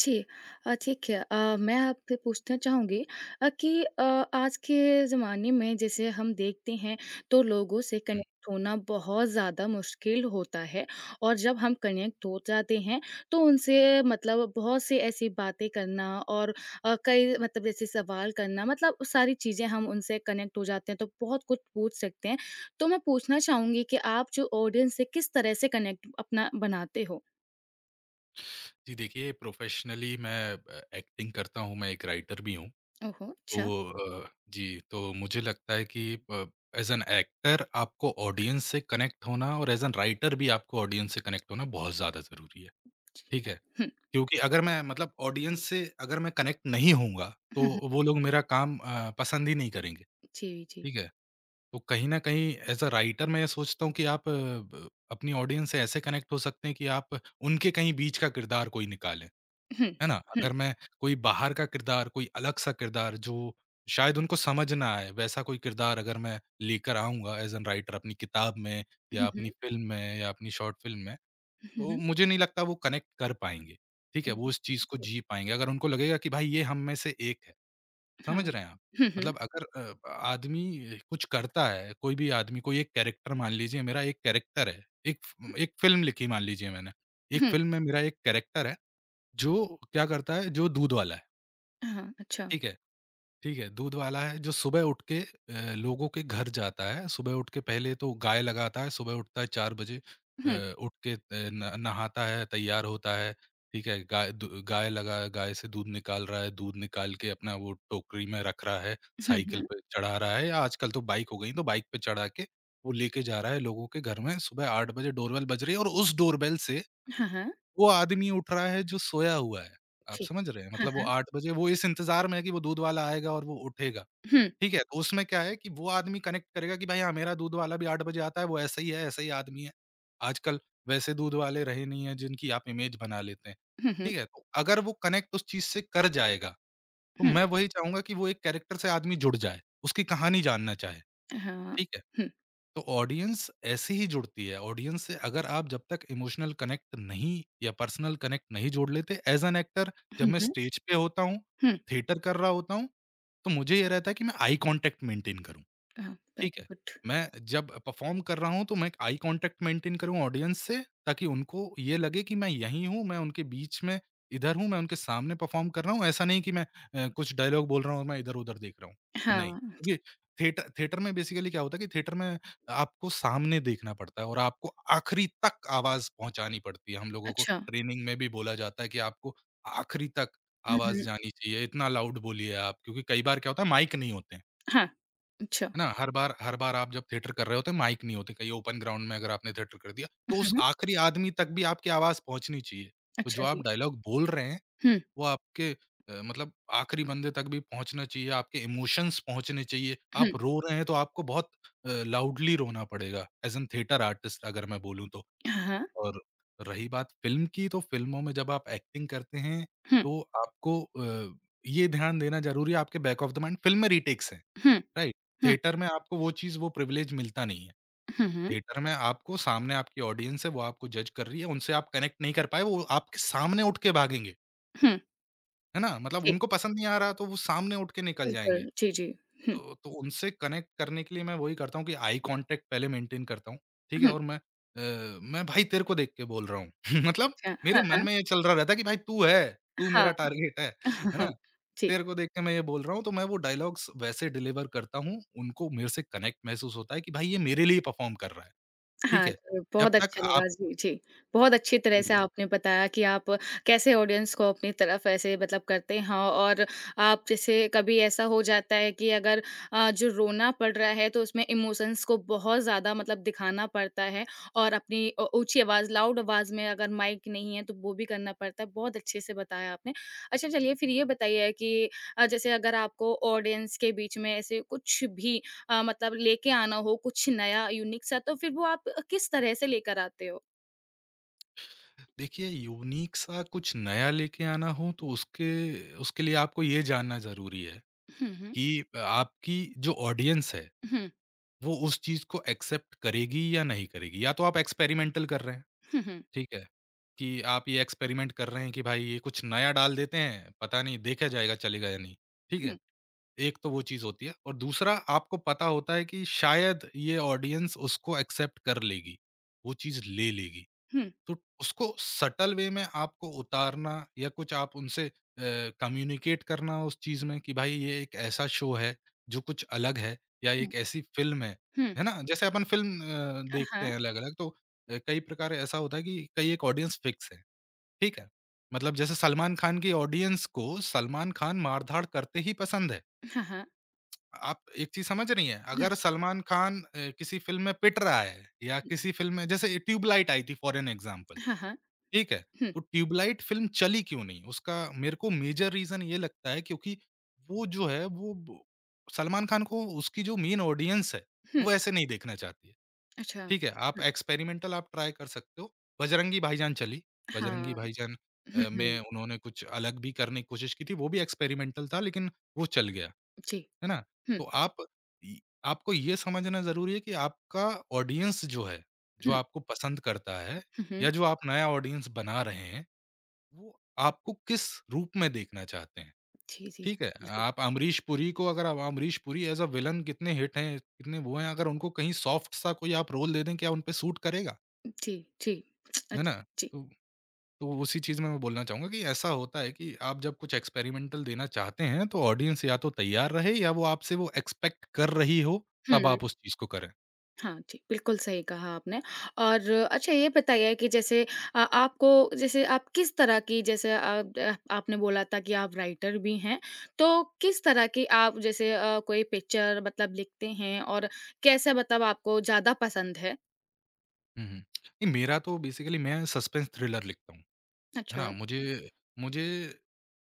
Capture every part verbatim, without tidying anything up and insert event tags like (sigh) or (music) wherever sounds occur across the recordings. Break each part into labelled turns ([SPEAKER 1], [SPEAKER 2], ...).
[SPEAKER 1] जी। अ, ठीक है। अ, मैं आपसे पूछना चाहूँगी अ, कि अ, आज के ज़माने में जैसे हम देखते हैं तो लोगों से कनेक्ट होना बहुत ज़्यादा मुश्किल होता है और जब हम कनेक्ट हो जाते हैं तो उनसे मतलब बहुत सी ऐसी बातें करना और अ, कई मतलब जैसे सवाल करना मतलब सारी चीज़ें हम उनसे कनेक्ट हो जाते हैं तो बहुत कुछ पूछ सकते हैं। तो मैं पूछना चाहूँगी कि आप जो ऑडियंस से किस तरह से कनेक्ट अपना बनाते हो?
[SPEAKER 2] जी देखिए, प्रोफ़ेशनली मैं अ, एक्टिंग करता हूँ, मैं एक राइटर भी हूँ।
[SPEAKER 1] ओहो! अच्छा।
[SPEAKER 2] तो अ, जी, तो मुझे लगता है कि प एज़ एन एक्टर आपको ऑडियंस से कनेक्ट होना और एज़ एन राइटर भी आपको ऑडियंस से कनेक्ट होना बहुत ज़्यादा ज़रूरी है। ठीक है?
[SPEAKER 1] हुँ,
[SPEAKER 2] क्योंकि अगर मैं मतलब ऑडियंस से अगर मैं कनेक्ट नहीं होऊँगा,
[SPEAKER 1] हुँ।
[SPEAKER 2] तो वो लोग मेरा काम अ, पसंद ही नहीं करेंगे।
[SPEAKER 1] जी, जी।
[SPEAKER 2] ठीक है? तो कहीं न कहीं एज़ अ राइटर मैं ये सोचता हूँ कि आप अ, ब अपनी ऑडियंस से ऐसे कनेक्ट हो सकते हैं कि आप उनके कहीं बीच का किरदार कोई निकालें।
[SPEAKER 1] हुँ,
[SPEAKER 2] है ना?
[SPEAKER 1] हुँ,
[SPEAKER 2] अगर मैं कोई बाहर का किरदार, कोई अलग सा किरदार जो शायद उनको समझ ना आए, वैसा कोई किरदार अगर मैं लेकर आऊँगा एज़ एन राइटर अपनी किताब में या
[SPEAKER 1] हुँ, हुँ,
[SPEAKER 2] अपनी फ़िल्म में या अपनी शॉर्ट फ़िल्म में, तो
[SPEAKER 1] हुँ,
[SPEAKER 2] मुझे नहीं लगता वो कनेक्ट कर पाएँगे, ठीक है?
[SPEAKER 1] हुँ,
[SPEAKER 2] वो
[SPEAKER 1] हुँ,
[SPEAKER 2] उस चीज़ को
[SPEAKER 1] जी।
[SPEAKER 2] जी पाएँगे। अगर उनको लगेगा कि भाई ये हम में से एक है, समझ
[SPEAKER 1] हाँ।
[SPEAKER 2] रहे हैं आप?
[SPEAKER 1] हुँ, हुँ,
[SPEAKER 2] मतलब अगर अ, आदमी कुछ करता है, कोई भी आदमी कोई एक कैरेक्टर मान लीजिए मेरा एक कैरेक्टर है, एक फ़ एक फ़िल्म लिखी मान लीजिए मैंने, एक
[SPEAKER 1] हुँ,
[SPEAKER 2] फ़िल्म में मेरा एक कैरेक्टर है। जो क्या करता है, जो दूध वाला है,
[SPEAKER 1] हाँ, अच्छा।
[SPEAKER 2] ठीक है, ठीक है, दूध वाला है जो सुबह उठ के अ, लोगों के घर जाता है, सुबह उठ के पहले तो गाय लगाता है, सुबह उठता है चार बजे
[SPEAKER 1] हुँ,
[SPEAKER 2] अ, उठ के अ, न नहाता है, तैयार होता है, ठीक है, गाय दू गाय लगा गाय से दूध निकाल रहा है, दूध निकाल के अपना वो टोकरी में रख रहा है,
[SPEAKER 1] हुँ,
[SPEAKER 2] साइकिल
[SPEAKER 1] हुँ,
[SPEAKER 2] पे चढ़ा रहा है या आजकल तो बाइक हो गई, तो बाइक पे चढ़ा के वो लेके जा रहा है लोगों के घर में, सुबह आठ बजे डोरबेल बज रही है और उस डोरबेल से
[SPEAKER 1] हाँ, हाँ,
[SPEAKER 2] वो आदमी उठ रहा है जो सोया हुआ है। आप
[SPEAKER 1] जी।
[SPEAKER 2] समझ रहे हैं?
[SPEAKER 1] हाँ,
[SPEAKER 2] मतलब वो
[SPEAKER 1] हाँ,
[SPEAKER 2] आठ बजे वो इस इंतज़ार में है कि वो दूध वाला आएगा और वो उठेगा।
[SPEAKER 1] हुँ,
[SPEAKER 2] ठीक है? तो उसमें क्या है कि वो आदमी कनेक्ट करेगा कि भाई हाँ, मेरा दूध वाला भी आठ बजे आता है, वो ऐसा ही है, ऐसा ही आदमी है। आजकल वैसे दूध वाले रहे नहीं हैं जिनकी आप इमेज बना लेते हैं।
[SPEAKER 1] हुँ, हुँ,
[SPEAKER 2] ठीक है? तो अगर वो कनेक्ट उस चीज़ से कर जाएगा, तो
[SPEAKER 1] हुँ,
[SPEAKER 2] मैं वही चाहूँगा कि वो एक कैरेक्टर से आदमी जुड़ जाए, उसकी कहानी जानना चाहे।
[SPEAKER 1] हाँ,
[SPEAKER 2] ठीक है?
[SPEAKER 1] हुँ,
[SPEAKER 2] तो ऑडियंस ऐसे ही जुड़ती है, ऑडियंस से अगर आप जब तक इमोशनल कनेक्ट नहीं या पर्सनल कनेक्ट नहीं जोड़ लेते एज़ एन एक्टर जब
[SPEAKER 1] हुँ,
[SPEAKER 2] मैं
[SPEAKER 1] हुँ,
[SPEAKER 2] स्टेज पे होता हूँ,
[SPEAKER 1] हुँ,
[SPEAKER 2] थिएटर कर रहा होता हूँ, तो मुझे ये रहता है कि मैं आई कॉन्टैक्ट मेंटेन करूँ।
[SPEAKER 1] हाँ,
[SPEAKER 2] ठीक
[SPEAKER 1] वेरी
[SPEAKER 2] है।
[SPEAKER 1] गुड।
[SPEAKER 2] मैं जब परफ़ॉर्म कर रहा हूँ तो मैं एक आई कॉन्टैक्ट मेंटेन करूँ ऑडियंस से ताकि उनको ये लगे कि मैं यहीं हूँ, मैं उनके बीच में इधर हूँ, मैं उनके सामने परफ़ॉर्म कर रहा हूँ। ऐसा नहीं कि मैं अ, कुछ डायलॉग बोल रहा हूँ और मैं इधर-उधर देख रहा हूँ। नहीं,
[SPEAKER 1] हाँ,
[SPEAKER 2] क्योंकि थिएटर थिएटर में बेसिकली क्या होता है कि थिएटर में आपको सामने देखना पड़ता है और आपको आखिरी तक आवाज़ पहुँचानी पड़ती है। हम लोगों को
[SPEAKER 1] अच्छा।
[SPEAKER 2] ट्रेनिंग में भी बोला जाता है कि आपको आखिरी तक
[SPEAKER 1] हुँ,
[SPEAKER 2] आवाज़
[SPEAKER 1] हुँ,
[SPEAKER 2] जानी चाहिए, इतना लाउड बोलिए आप क्योंकि कई बार क्या होता है माइक नहीं होते हैं।
[SPEAKER 1] हाँ, अच्छा।
[SPEAKER 2] है ना? हर बार हर बार आप जब थिएटर कर रहे होते हैं माइक नहीं होते, कहीं ओपन ग्राउंड में अगर आपने थिएटर कर दिया, तो
[SPEAKER 1] हुँ,
[SPEAKER 2] उस
[SPEAKER 1] हुँ,
[SPEAKER 2] आखिरी आदमी तक भी आपकी आवाज़ पहुँचनी चाहिए। तो जो
[SPEAKER 1] अच्छा
[SPEAKER 2] आप
[SPEAKER 1] जी।
[SPEAKER 2] डायलॉग बोल रहे हैं,
[SPEAKER 1] हुँ,
[SPEAKER 2] वो आपके अ, मतलब आखिरी बंदे तक भी पहुँचना चाहिए, आपके इमोशंस पहुँचने चाहिए।
[SPEAKER 1] हुँ,
[SPEAKER 2] आप रो रहे हैं तो आपको बहुत अ, लाउडली रोना पड़ेगा एज़ एन थिएटर आर्टिस्ट अगर मैं बोलूँ तो।
[SPEAKER 1] हाँ, हाँ,
[SPEAKER 2] और रही बात फ़िल्म की, तो फ़िल्मों में जब आप एक्टिंग करते हैं,
[SPEAKER 1] हुँ,
[SPEAKER 2] तो आपको अ, ये ध्यान देना ज़रूरी है आपके back of the mind film में रीटेक्स हैं।
[SPEAKER 1] हुँ,
[SPEAKER 2] राइट,
[SPEAKER 1] हुँ,
[SPEAKER 2] थिएटर में आपको वो चीज़, वो प्रिविलेज मिलता नहीं है।
[SPEAKER 1] हुँ, हुँ,
[SPEAKER 2] थिएटर में आपको सामने आपकी ऑडियंस है, वो आपको जज कर रही है, उनसे आप कनेक्ट नहीं कर पाए, वो आपके सामने उठ के भागेंगे।
[SPEAKER 1] हुँ,
[SPEAKER 2] है ना? मतलब
[SPEAKER 1] जी,
[SPEAKER 2] उनको पसंद नहीं आ रहा तो वो सामने उठ के निकल जाएँगे।
[SPEAKER 1] बिल्कुल, जी, जी। हुँ,
[SPEAKER 2] तो तो उनसे कनेक्ट करने के लिए मैं वही करता हूँ कि आई कॉन्टैक्ट पहले मेंटेन करता हूँ, ठीक है?
[SPEAKER 1] हुँ,
[SPEAKER 2] और मैं अ, मैं भाई तेरे को देख के बोल रहा हूँ। (laughs) मतलब
[SPEAKER 1] अच्छा,
[SPEAKER 2] मेरे
[SPEAKER 1] हाँ,
[SPEAKER 2] मन
[SPEAKER 1] हाँ,
[SPEAKER 2] में ये चल रहा रहता है कि भाई तू है, तू
[SPEAKER 1] हाँ,
[SPEAKER 2] मेरा टारगेट है,
[SPEAKER 1] हाँ,
[SPEAKER 2] है
[SPEAKER 1] हाँ,
[SPEAKER 2] ना?
[SPEAKER 1] जी।
[SPEAKER 2] तेरे को देख के मैं ये बोल रहा हूँ तो मैं वो डायलॉग्स वैसे डिलीवर करता हूँ, उनको मेरे से कनेक्ट महसूस होता है कि भाई ये मेरे लिए परफॉर्म कर रहा है, ठीक
[SPEAKER 1] हाँ,
[SPEAKER 2] है?
[SPEAKER 1] ज़रूर,
[SPEAKER 2] जब
[SPEAKER 1] बहुत
[SPEAKER 2] तक
[SPEAKER 1] अच्छा लगा। जी, जी। बहुत अच्छी तरह से
[SPEAKER 2] आप
[SPEAKER 1] आपने बताया कि आप कैसे ऑडियंस को अपनी तरफ ऐसे मतलब करते हैं और आप जैसे कभी ऐसा हो जाता है कि अगर अ, जो रोना पड़ रहा है तो उसमें इमोशंस को बहुत ज़्यादा मतलब दिखाना पड़ता है और अपनी अ, ऊँची आवाज़, लाउड आवाज़ में अगर माइक नहीं है तो वो भी करना पड़ता है। बहुत अच्छे से बताया आपने। अच्छा चलिए फिर ये बताइए कि अ, जैसे अगर आपको ऑडियंस के बीच में ऐसे कुछ भी अ, मतलब लेके आना हो कुछ नया यूनिक सा तो फिर वो आप किस तरह से लेकर आते हो?
[SPEAKER 2] देखिए यूनिक सा कुछ नया लेके आना हो तो उसके उसके लिए आपको ये जानना ज़रूरी है
[SPEAKER 1] हुँ, हुँ।
[SPEAKER 2] कि आपकी जो ऑडियंस है
[SPEAKER 1] हुँ,
[SPEAKER 2] वो उस चीज़ को एक्सेप्ट करेगी या नहीं करेगी। या तो आप एक्सपेरिमेंटल कर रहे हैं,
[SPEAKER 1] हुँ, हुँ,
[SPEAKER 2] ठीक है? कि आप ये एक्सपेरिमेंट कर रहे हैं कि भाई ये कुछ नया डाल देते हैं, पता नहीं देखा जाएगा चलेगा या नहीं, ठीक है?
[SPEAKER 1] हुँ,
[SPEAKER 2] एक तो वो चीज़ होती है और दूसरा आपको पता होता है कि शायद ये ऑडियंस उसको एक्सेप्ट कर लेगी, वो चीज़ ले लेगी।
[SPEAKER 1] हुँ,
[SPEAKER 2] तो उसको सटल वे में आपको उतारना या कुछ आप उनसे कम्युनिकेट करना उस चीज़ में कि भाई ये एक ऐसा शो है जो कुछ अलग है या
[SPEAKER 1] हुँ,
[SPEAKER 2] एक ऐसी फ़िल्म है,
[SPEAKER 1] हुँ।
[SPEAKER 2] है ना? जैसे अपन फ़िल्म अ,
[SPEAKER 1] अ,
[SPEAKER 2] देखते
[SPEAKER 1] हाँ,
[SPEAKER 2] हैं अलग-अलग तो अ, कई प्रकार ऐसा होता है कि कई एक ऑडियंस फ़िक्स है, ठीक है? मतलब जैसे सलमान खान की ऑडियंस को सलमान खान मार-धाड़ करते ही पसंद है।
[SPEAKER 1] हाँ, हाँ।
[SPEAKER 2] आप एक चीज़ समझ रही हैं?
[SPEAKER 1] हुँ,
[SPEAKER 2] अगर सलमान खान अ, किसी फ़िल्म में पिट रहा है या किसी फ़िल्म में जैसे ये ट्यूबलाइट आई थी फॉर एन एग्ज़ाम्पल।
[SPEAKER 1] हाँ, हाँ।
[SPEAKER 2] ठीक है,
[SPEAKER 1] हुँ,
[SPEAKER 2] तो ट्यूबलाइट फ़िल्म चली क्यों नहीं? उसका मेरे को मेजर रीज़न ये लगता है क्योंकि वो जो है वो ब सलमान खान को उसकी जो मेन ऑडियंस है,
[SPEAKER 1] हुँ।
[SPEAKER 2] वो ऐसे नहीं देखना चाहती है।
[SPEAKER 1] अच्छा।
[SPEAKER 2] ठीक है, आप
[SPEAKER 1] हुँ,
[SPEAKER 2] एक्सपेरिमेंटल आप ट्राई कर सकते हो। बजरंगी भाईजान चली, बजरंगी
[SPEAKER 1] हाँ।
[SPEAKER 2] भाईजान
[SPEAKER 1] हुँ,
[SPEAKER 2] अ,
[SPEAKER 1] हुँ।
[SPEAKER 2] में उन्होंने कुछ अलग भी करने की कोशिश की थी, वो भी एक्सपेरिमेंटल था लेकिन वो चल गया,
[SPEAKER 1] जी।
[SPEAKER 2] है ना?
[SPEAKER 1] हुँ,
[SPEAKER 2] तो आप इ आपको ये समझना ज़रूरी है कि आपका ऑडियंस जो है, जो
[SPEAKER 1] हुँ,
[SPEAKER 2] आपको पसंद करता है
[SPEAKER 1] हुँ,
[SPEAKER 2] या
[SPEAKER 1] हुँ।
[SPEAKER 2] जो आप नया ऑडियंस बना रहे हैं वो आपको किस रूप में देखना चाहते हैं,
[SPEAKER 1] जी, जी,
[SPEAKER 2] ठीक
[SPEAKER 1] जी।
[SPEAKER 2] है?
[SPEAKER 1] बिल्कुल।
[SPEAKER 2] आप अमरीश पुरी को अगर आप Amrish Puri as a villain कितने हिट हैं, कितने वो हैं, अगर उनको कहीं सॉफ्ट सा कोई आप रोल दे दें, क्या उन पे सूट करेगा?
[SPEAKER 1] जी, जी।
[SPEAKER 2] है ना?
[SPEAKER 1] अच्छा, जी।
[SPEAKER 2] तो तो उसी चीज़ में मैं बोलना चाहूँगा कि ऐसा होता है कि आप जब कुछ एक्सपेरिमेंटल देना चाहते हैं, तो ऑडियंस या तो तैयार रहे या वो आपसे वो एक्सपेक्ट कर रही हो, तब
[SPEAKER 1] हुँ।
[SPEAKER 2] आप उस चीज़ को करें।
[SPEAKER 1] हाँ जी, बिल्कुल सही कहा आपने और अच्छा ये बताइए कि जैसे अ, आपको जैसे आप किस तरह की जैसे आप अ, आपने बोला था कि आप राइटर भी हैं, तो किस तरह की आप जैसे अ, कोई पिक्चर मतलब लिखते हैं और कैसे मतलब आपको ज़्यादा पसंद है?
[SPEAKER 2] हुँ, हुँ। नहीं, मेरा तो बेसिकली मैं सस्पेंस थ्रिलर लिखता हूँ। है
[SPEAKER 1] अच्छा,
[SPEAKER 2] ना? मुझे मुझे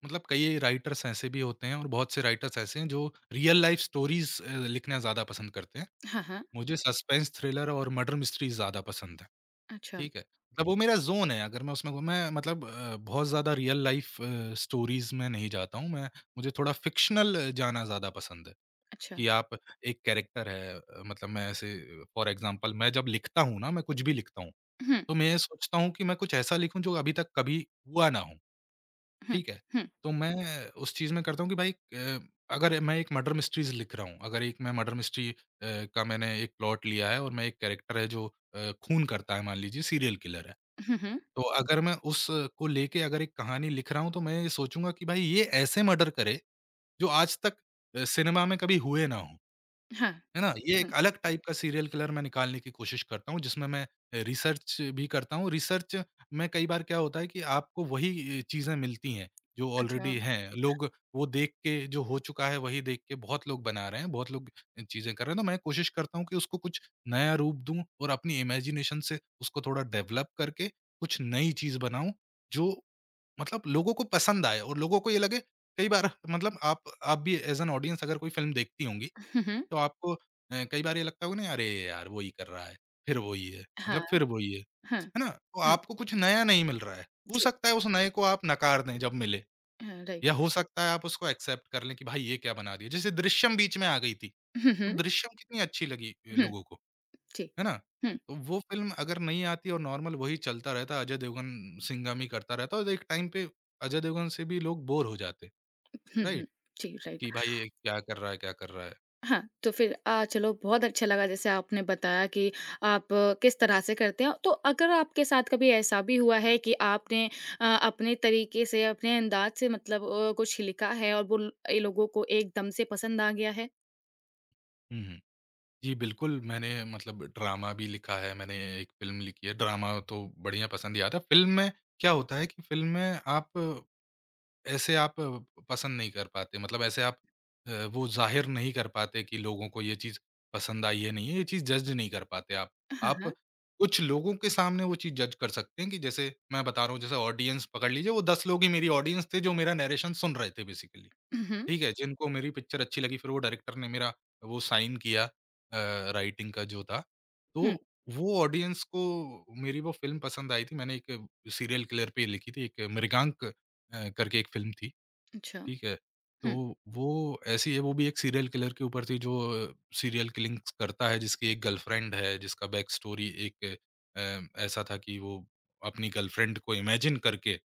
[SPEAKER 2] मतलब कई राइटर्स ऐसे भी होते हैं और बहुत से राइटर्स ऐसे हैं जो रियल लाइफ स्टोरीज़ अ, लिखना ज़्यादा पसंद करते हैं।
[SPEAKER 1] हाँ, हाँ,
[SPEAKER 2] मुझे सस्पेंस थ्रिलर और मर्डर मिस्ट्री ज़्यादा पसंद है,
[SPEAKER 1] अच्छा,
[SPEAKER 2] ठीक है? मतलब वो मेरा ज़ोन है अगर मैं उसमें घूँ मैं मतलब अ, बहुत ज़्यादा रियल लाइफ अ, स्टोरीज़ में नहीं जाता हूँ मैं, मुझे थोड़ा फ़िक्शनल जाना ज़्यादा पसंद है
[SPEAKER 1] अच्छा।
[SPEAKER 2] कि आप एक कैरेक्टर है अ, मतलब मैं ऐसे फॉर एग्ज़ाम्पल मैं जब लिखता हूँ ना, मैं कुछ भी लिखता हूँ,
[SPEAKER 1] हुँ,
[SPEAKER 2] तो मैं ये सोचता हूँ कि मैं कुछ ऐसा लिखूँ जो अभी तक कभी हुआ ना हो।
[SPEAKER 1] हुँ,
[SPEAKER 2] ठीक है?
[SPEAKER 1] हुँ,
[SPEAKER 2] तो मैं उस चीज़ में करता हूँ कि भाई अ, अगर मैं एक मर्डर मिस्ट्रीज़ लिख रहा हूँ, अगर एक मैं मर्डर मिस्ट्री अ, का मैंने एक प्लॉट लिया है और मैं एक कैरेक्टर है जो अ, खून करता है, मान लीजिए सीरियल किलर है।
[SPEAKER 1] हुँ, हुँ,
[SPEAKER 2] तो अगर मैं उसको लेके अगर एक कहानी लिख रहा हूँ, तो मैं ये सोचूँगा कि भाई ये ऐसे मर्डर करे, जो आज तक अ, सिनेमा में कभी हुए ना हों।
[SPEAKER 1] हाँ,
[SPEAKER 2] है ना? ये एक
[SPEAKER 1] हुँ,
[SPEAKER 2] अलग टाइप का सीरियल किलर मैं निकालने की कोशिश करता हूँ जिसमें मैं अ, रिसर्च भी करता हूँ। रिसर्च में कई बार क्या होता है कि आपको वही अ, चीज़ें मिलती हैं जो
[SPEAKER 1] अच्छा,
[SPEAKER 2] ऑलरेडी हैं। लोग वो देख के जो हो चुका है वही देख के बहुत लोग बना रहे हैं, बहुत लोग अ, चीज़ें कर रहे हैं। तो मैं कोशिश करता हूँ कि उसको कुछ नया रूप दूँ और अपनी इमेजिनेशन से उसको थोड़ा डेवलप करके कुछ नई चीज़ बनाऊँ जो मतलब लोगों को पसंद आए और लोगों को ये लगे कई बार मतलब आप आप भी एज़ एन ऑडियंस अगर कोई फ़िल्म देखती होंगी
[SPEAKER 1] हुँ, हुँ,
[SPEAKER 2] तो आपको अ, कई बार ये लगता होगा ना, "अरे यार! वो ही कर रहा है, फिर वो ही है, मतलब
[SPEAKER 1] हाँ,
[SPEAKER 2] फिर वो ही है।"
[SPEAKER 1] हाँ,
[SPEAKER 2] है ना? तो
[SPEAKER 1] हुँ,
[SPEAKER 2] आपको कुछ नया नहीं मिल रहा है। हो
[SPEAKER 1] जी,
[SPEAKER 2] सकता है उस नए को आप नकार दें जब मिले
[SPEAKER 1] हाँ, राइट,
[SPEAKER 2] या हो सकता है आप उसको एक्सेप्ट कर लें कि भाई ये क्या बना दिया। जैसे दृश्यम बीच में आ गई थी,
[SPEAKER 1] हुँ,
[SPEAKER 2] तो
[SPEAKER 1] हुँ,
[SPEAKER 2] दृश्यम कितनी अच्छी लगी अ,
[SPEAKER 1] हुँ,
[SPEAKER 2] लोगों को,
[SPEAKER 1] जी,
[SPEAKER 2] है ना?
[SPEAKER 1] हुँ,
[SPEAKER 2] तो वो फ़िल्म अगर नहीं आती और नॉर्मल वही चलता रहता, अजय देवगन सिंघम ही करता रहता और एक टाइम पे अजय देवगन से भी लोग बोर हो जाते,
[SPEAKER 1] हुँ, हुँ,
[SPEAKER 2] राइट?
[SPEAKER 1] जी, राइट।
[SPEAKER 2] कि भाई ये क्या कर रहा है, क्या कर रहा है?
[SPEAKER 1] हाँ, तो फिर अ, चलो बहुत अच्छा लगा जैसे आपने बताया कि आप आ, किस तरह से करते हैं। तो अगर आपके साथ कभी ऐसा भी हुआ है कि आपने अ, अपने तरीके से, अपने अंदाज़ से मतलब अ, कुछ लिखा है और वो ल ये लोगों को एकदम से पसंद आ गया है?
[SPEAKER 2] हुँ, हुँ। जी, बिल्कुल, मैंने मतलब ड्रामा भी लिखा है, मैंने एक फ़िल्म लिखी है, ड्रामा तो बढ़िया पसंद ही आता है। फ़िल्म में क्या होता है कि फ़िल्म में आप ऐसे आप पसंद नहीं कर पाते, मतलब ऐसे आप अ, वो ज़ाहिर नहीं कर पाते कि लोगों को ये चीज़ पसंद आई है, नहीं है, ये चीज़ जज नहीं कर पाते आप।
[SPEAKER 1] हाँ,
[SPEAKER 2] आप
[SPEAKER 1] हाँ।
[SPEAKER 2] कुछ लोगों के सामने वो चीज़ जज कर सकते हैं कि जैसे मैं बता रहा हूँ, जैसे ऑडियंस पकड़ लीजिए, वो दस लोग ही मेरी ऑडियंस थे, जो मेरा नैरेशन सुन रहे थे बेसिकली।
[SPEAKER 1] हुँ, हुँ।
[SPEAKER 2] ठीक है, जिनको मेरी पिक्चर अच्छी लगी फिर वो डायरेक्टर ने मेरा वो साइन किया अ, राइटिंग का जो था। तो
[SPEAKER 1] हुँ,
[SPEAKER 2] वो ऑडियंस को मेरी वो फ़िल्म पसंद आई थी। मैंने एक सीरियल किलर पे लिखी थी, एक मृगांक अ, करके एक फ़िल्म थी,
[SPEAKER 1] अच्छा।
[SPEAKER 2] ठीक है? तो
[SPEAKER 1] हुँ,
[SPEAKER 2] वो ऐसी है, वो भी एक सीरियल किलर के ऊपर थी जो सीरियल किलिंग्स करता है, जिसकी एक गर्लफ्रेंड है, जिसका बैक स्टोरी एक अ, ऐसा था कि वो अपनी गर्लफ्रेंड को इमेजिन करके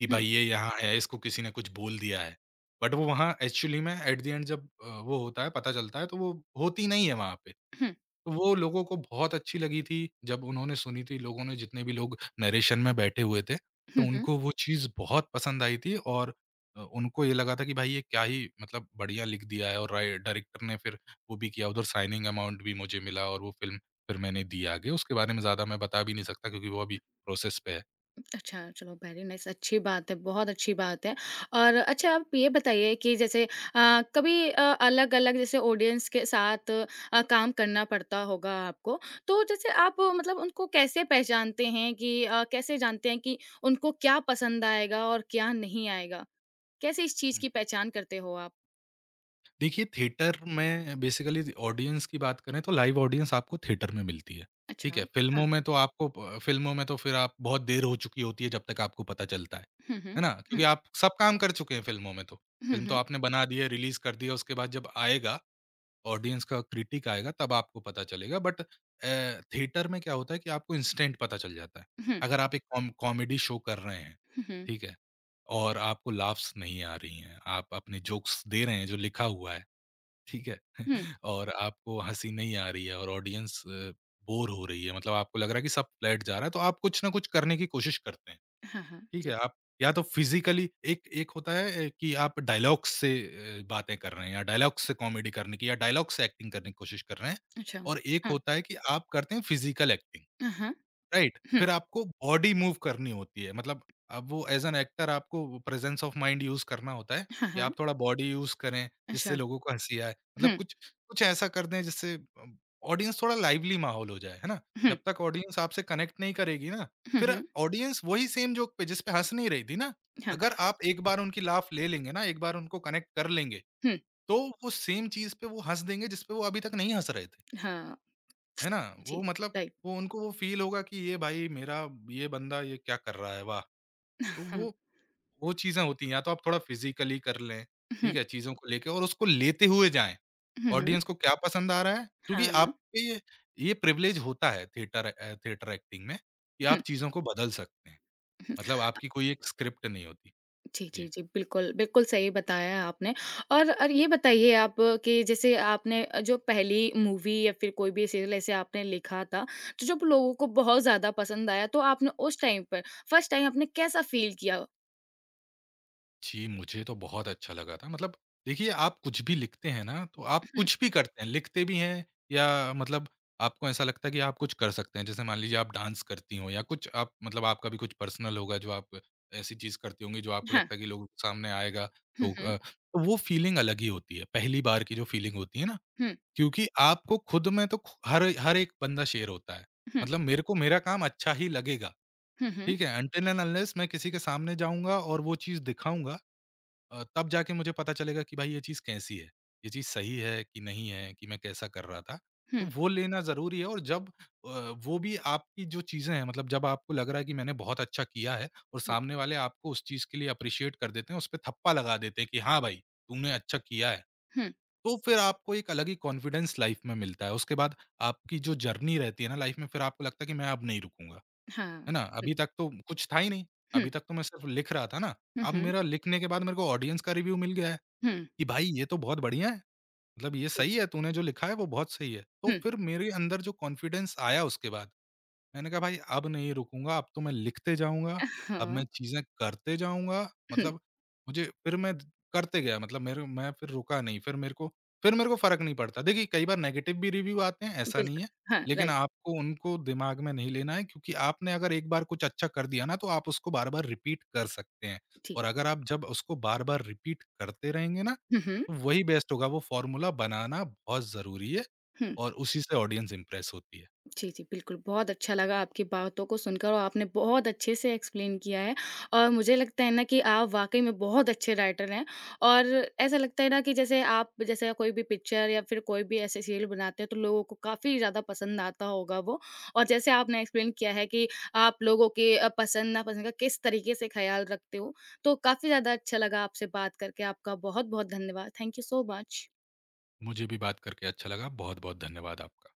[SPEAKER 2] कि
[SPEAKER 1] हुँ,
[SPEAKER 2] भाई ये यहाँ है, इसको किसी ने कुछ बोल दिया है। बट वो वहाँ एक्चुअली में एट द एंड जब अ, वो होता है, पता चलता है तो वो होती नहीं है वहाँ पे।
[SPEAKER 1] हुँ,
[SPEAKER 2] तो वो लोगों को बहुत अच्छी लगी थी, जब उन्होंने सुनी थी, लोगों ने जितने भी लोग नरेशन में बैठे हुए थे, तो
[SPEAKER 1] हुँ, हुँ।
[SPEAKER 2] उनको वो चीज़ बहुत पसंद आई थी और अ, उनको ये लगा था कि भाई ये क्या ही मतलब बढ़िया लिख दिया है और राइ डायरेक्टर ने फिर वो भी किया, उधर साइनिंग अमाउंट भी मुझे मिला और वो फ़िल्म फिर मैंने दी आगे। उसके बारे में ज़्यादा मैं बता भी नहीं सकता क्योंकि वो अभी प्रोसेस पे है।
[SPEAKER 1] अच्छा, चलो वेरी नाइस अच्छी बात है, बहुत अच्छी बात है। और अच्छा आप ये बताइए कि जैसे अ, कभी अ, अलग-अलग जैसे ऑडियंस के साथ अ, काम करना पड़ता होगा आपको, तो जैसे आप आ, मतलब उनको कैसे पहचानते हैं कि अ, कैसे जानते हैं कि उनको क्या पसंद आएगा और क्या नहीं आएगा? कैसे इस चीज़
[SPEAKER 2] हुँ।
[SPEAKER 1] की पहचान करते हो आप?
[SPEAKER 2] देखिए, थिएटर में बेसिकली ऑडियंस की बात करें तो लाइव ऑडियंस आपको थिएटर में मिलती है, ठीक
[SPEAKER 1] अच्छा,
[SPEAKER 2] है? फ़िल्मों
[SPEAKER 1] हाँ।
[SPEAKER 2] में तो आपको प फ़िल्मों में तो फिर आप बहुत देर हो चुकी होती है जब तक आपको पता चलता है,
[SPEAKER 1] हुँ, हुँ।
[SPEAKER 2] है ना?
[SPEAKER 1] हुँ,
[SPEAKER 2] क्योंकि आप सब काम कर चुके हैं फ़िल्मों में तो।
[SPEAKER 1] हुँ,
[SPEAKER 2] फ़िल्म तो
[SPEAKER 1] हुँ,
[SPEAKER 2] आपने बना दी है, रिलीज़ कर दिया, उसके बाद जब आएगा, ऑडियंस का क्रिटिक आएगा तब आपको पता चलेगा बट अ, थिएटर में क्या होता है कि आपको इंस्टेंट पता चल जाता है।
[SPEAKER 1] हुँ,
[SPEAKER 2] अगर आप एक कॉम कॉमेडी शो कर रहे हैं,
[SPEAKER 1] हुँ, हुँ,
[SPEAKER 2] ठीक है? और आपको लाफ्स नहीं आ रही हैं, आप अपने जोक्स दे रहे हैं जो लिखा हुआ है। ठीक है?
[SPEAKER 1] हुँ।
[SPEAKER 2] (laughs) और आपको हँसी नहीं आ रही है और ऑडियंस अ, बोर हो रही है मतलब आपको लग रहा है कि सब फ्लैट जा रहा है, तो आप कुछ ना कुछ करने की कोशिश करते हैं,
[SPEAKER 1] हाँ, हाँ।
[SPEAKER 2] ठीक है?
[SPEAKER 1] जी,
[SPEAKER 2] आप या तो फिज़िकली एक एक होता है अ, कि आप डायलॉग्स से अ, बातें कर रहे हैं या डायलॉग्स से कॉमेडी करने की या डायलॉग से एक्टिंग करने की कोशिश कर रहे हैं
[SPEAKER 1] अच्छा।
[SPEAKER 2] और एक
[SPEAKER 1] हाँ,
[SPEAKER 2] होता है कि आप करते हैं फिज़िकल एक्टिंग।
[SPEAKER 1] हाँ, हाँ।
[SPEAKER 2] राइट,
[SPEAKER 1] हुँ,
[SPEAKER 2] फिर आपको बॉडी मूव करनी होती है, मतलब अब वो ऐज़ एन एक्टर आपको प्रेज़ेंस ऑफ माइंड यूज़ करना होता है,
[SPEAKER 1] हाँ,
[SPEAKER 2] कि
[SPEAKER 1] हाँ।
[SPEAKER 2] आप थोड़ा बॉडी यूज़ करें, जिससे
[SPEAKER 1] अच्छा।
[SPEAKER 2] लोगों को हँसी आए। मतलब
[SPEAKER 1] हुँ,
[SPEAKER 2] कुछ कुछ ऐसा कर दें जिससे अ, ऑडियंस थोड़ा लाइवली माहौल हो जाए, है ना? जब
[SPEAKER 1] हुँ।
[SPEAKER 2] तक ऑडियंस आपसे कनेक्ट नहीं करेगी ना,
[SPEAKER 1] हुँ,
[SPEAKER 2] फिर
[SPEAKER 1] हुँ।
[SPEAKER 2] ऑडियंस वही सेम जोक पे जिस पे हँस नहीं रही थी ना,
[SPEAKER 1] हाँ,
[SPEAKER 2] अगर आप एक बार उनकी लाफ़ ले लेंगे ना, एक बार उनको कनेक्ट कर लेंगे,
[SPEAKER 1] हुँ,
[SPEAKER 2] तो वो सेम चीज़ पे वो हँस देंगे जिस पे वो अभी तक नहीं हँस रहे थे।
[SPEAKER 1] हाँ,
[SPEAKER 2] है ना?
[SPEAKER 1] जी,
[SPEAKER 2] वो मतलब
[SPEAKER 1] राइट।
[SPEAKER 2] वो उनको वो फ़ील होगा कि ये भाई मेरा ये बंदा ये क्या कर रहा है, वाह! तो
[SPEAKER 1] हाँ,
[SPEAKER 2] वो वो चीज़ें होती हैं या तो आप थोड़ा फ़िज़िकली कर लें, ठीक
[SPEAKER 1] हुँ,
[SPEAKER 2] है? चीज़ों को लेके और उसको लेते हुए जाएँ।
[SPEAKER 1] हुँ, हुँ,
[SPEAKER 2] ऑडियंस को क्या पसंद आ रहा है? क्योंकि
[SPEAKER 1] हाँ,
[SPEAKER 2] आपके ये ये प्रिविलेज होता है थिएटर अ, थिएटर एक्टिंग में कि आप
[SPEAKER 1] हुँ,
[SPEAKER 2] चीज़ों को बदल सकते हैं।
[SPEAKER 1] हुँ।
[SPEAKER 2] मतलब आपकी कोई एक स्क्रिप्ट नहीं होती।
[SPEAKER 1] जी, जी,
[SPEAKER 2] जी।
[SPEAKER 1] जी, बिल्कुल, बिल्कुल सही बताया आपने और और ये बताइए आप कि जैसे आपने अ, जो पहली मूवी या फिर कोई भी सीरियल ऐसे आपने लिखा था, तो जब लोगों को बहुत ज़्यादा पसंद आया, तो आपने उस टाइम पर फर्स्ट टाइम आपने कैसा फ़ील किया?
[SPEAKER 2] जी, मुझे तो बहुत अच्छा लगा था। मतलब देखिए, आप कुछ भी लिखते हैं ना, तो आप
[SPEAKER 1] हुँ,
[SPEAKER 2] कुछ भी करते हैं, लिखते भी हैं या मतलब आपको ऐसा लगता है कि आप कुछ कर सकते हैं? जैसे मान लीजिए आप डांस करती हो या कुछ आप मतलब आपका भी कुछ पर्सनल होगा जो आप ऐसी चीज़ करती होंगी जो आपको
[SPEAKER 1] हाँ,
[SPEAKER 2] लगता है कि लोगों के सामने आएगा
[SPEAKER 1] हुँ,
[SPEAKER 2] तो
[SPEAKER 1] हुँ,
[SPEAKER 2] अ, तो वो फीलिंग अलग ही होती है, पहली बार की जो फीलिंग होती है ना,
[SPEAKER 1] हुँ,
[SPEAKER 2] क्योंकि आपको खुद में तो खु हर हर एक बंदा शेर होता है।
[SPEAKER 1] हुँ,
[SPEAKER 2] मतलब मेरे को मेरा काम अच्छा ही लगेगा,
[SPEAKER 1] हुँ, हुँ,
[SPEAKER 2] ठीक है? अनटिल एंड अनलेस मैं किसी के सामने जाऊँगा और वो चीज़ दिखाऊँगा अ, तब जाके मुझे पता चलेगा कि भाई ये चीज़ कैसी है, ये चीज़ सही है कि नहीं है, कि मैं कैसा कर रहा था। तो
[SPEAKER 1] हुँ,
[SPEAKER 2] वो लेना ज़रूरी है और जब अ, वो भी आपकी जो चीज़ें हैं मतलब जब आपको लग रहा है कि मैंने बहुत अच्छा किया है और सामने वाले आपको उस चीज़ के लिए अप्रिशिएट कर देते हैं, उस पे थप्पा लगा देते हैं कि हाँ भाई, तूने अच्छा किया है।
[SPEAKER 1] हुँ,
[SPEAKER 2] तो फिर आपको एक अलग ही कॉन्फिडेंस लाइफ़ में मिलता है। उसके बाद आपकी जो जर्नी रहती है ना लाइफ़ में फिर आपको लगता है कि मैं अब नहीं रुकूँगा,
[SPEAKER 1] हाँ,
[SPEAKER 2] है ना?
[SPEAKER 1] हुँ,
[SPEAKER 2] अभी तक तो कुछ था ही नहीं,
[SPEAKER 1] हुँ,
[SPEAKER 2] अभी तक तो मैं सिर्फ़ लिख रहा था ना,
[SPEAKER 1] हुँ,
[SPEAKER 2] अब
[SPEAKER 1] हुँ,
[SPEAKER 2] मेरा लिखने के बाद मेरे को ऑडियंस का रिव्यू मिल गया है।
[SPEAKER 1] हुँ,
[SPEAKER 2] कि भाई ये तो बहुत बढ़िया है, मतलब ये
[SPEAKER 1] जी,
[SPEAKER 2] सही है, तूने जो लिखा है वो बहुत सही है। तो
[SPEAKER 1] हुँ,
[SPEAKER 2] फिर मेरे अंदर जो कॉन्फिडेंस आया उसके बाद, मैंने कहा भाई अब नहीं रुकूँगा, अब तो मैं लिखते जाऊँगा, अब
[SPEAKER 1] हाँ।
[SPEAKER 2] मैं चीज़ें करते जाऊँगा,
[SPEAKER 1] हम्म,
[SPEAKER 2] मतलब मुझे फिर मैं करते गया मतलब मेरे मैं फिर रुका नहीं, फिर मेरे को फिर मेरे को फ़र्क नहीं पड़ता। देखिए कई बार नेगेटिव भी रिव्यू आते हैं, ऐसा नहीं
[SPEAKER 1] बिल्कुल,
[SPEAKER 2] है,
[SPEAKER 1] हाँ,
[SPEAKER 2] लेकिन
[SPEAKER 1] राइट,
[SPEAKER 2] आपको उनको दिमाग में नहीं लेना है क्योंकि आपने अगर एक बार कुछ अच्छा कर दिया ना, तो आप उसको बार-बार रिपीट कर सकते हैं
[SPEAKER 1] जी।
[SPEAKER 2] और अगर आप जब उसको बार-बार रिपीट करते रहेंगे ना,
[SPEAKER 1] हुँ, हुँ,
[SPEAKER 2] तो वही बेस्ट होगा, वो फ़ॉर्मूला बनाना बहुत ज़रूरी है
[SPEAKER 1] हुँ।
[SPEAKER 2] और उसी से ऑडियंस इम्प्रेस होती है।
[SPEAKER 1] जी, जी, बिल्कुल, बहुत अच्छा लगा आपकी बातों को सुनकर और आपने बहुत अच्छे से एक्सप्लेन किया है और मुझे लगता है ना कि आप वाक़ई में बहुत अच्छे राइटर हैं और ऐसा लगता है ना कि जैसे आप जैसे कोई भी पिक्चर या फिर कोई भी ऐसे सीरियल बनाते हैं, तो लोगों को काफ़ी ज़्यादा पसंद आता होगा वो और जैसे आपने एक्सप्लेन किया है कि आप लोगों के अ, पसंद-नापसंद का किस तरीके से ख़्याल रखते हो, तो काफ़ी ज़्यादा अच्छा लगा आपसे बात करके। आपका बहुत-बहुत धन्यवाद। Thank you so much.
[SPEAKER 2] मुझे भी बात करके अच्छा लगा बहुत बहुत धन्यवाद आपका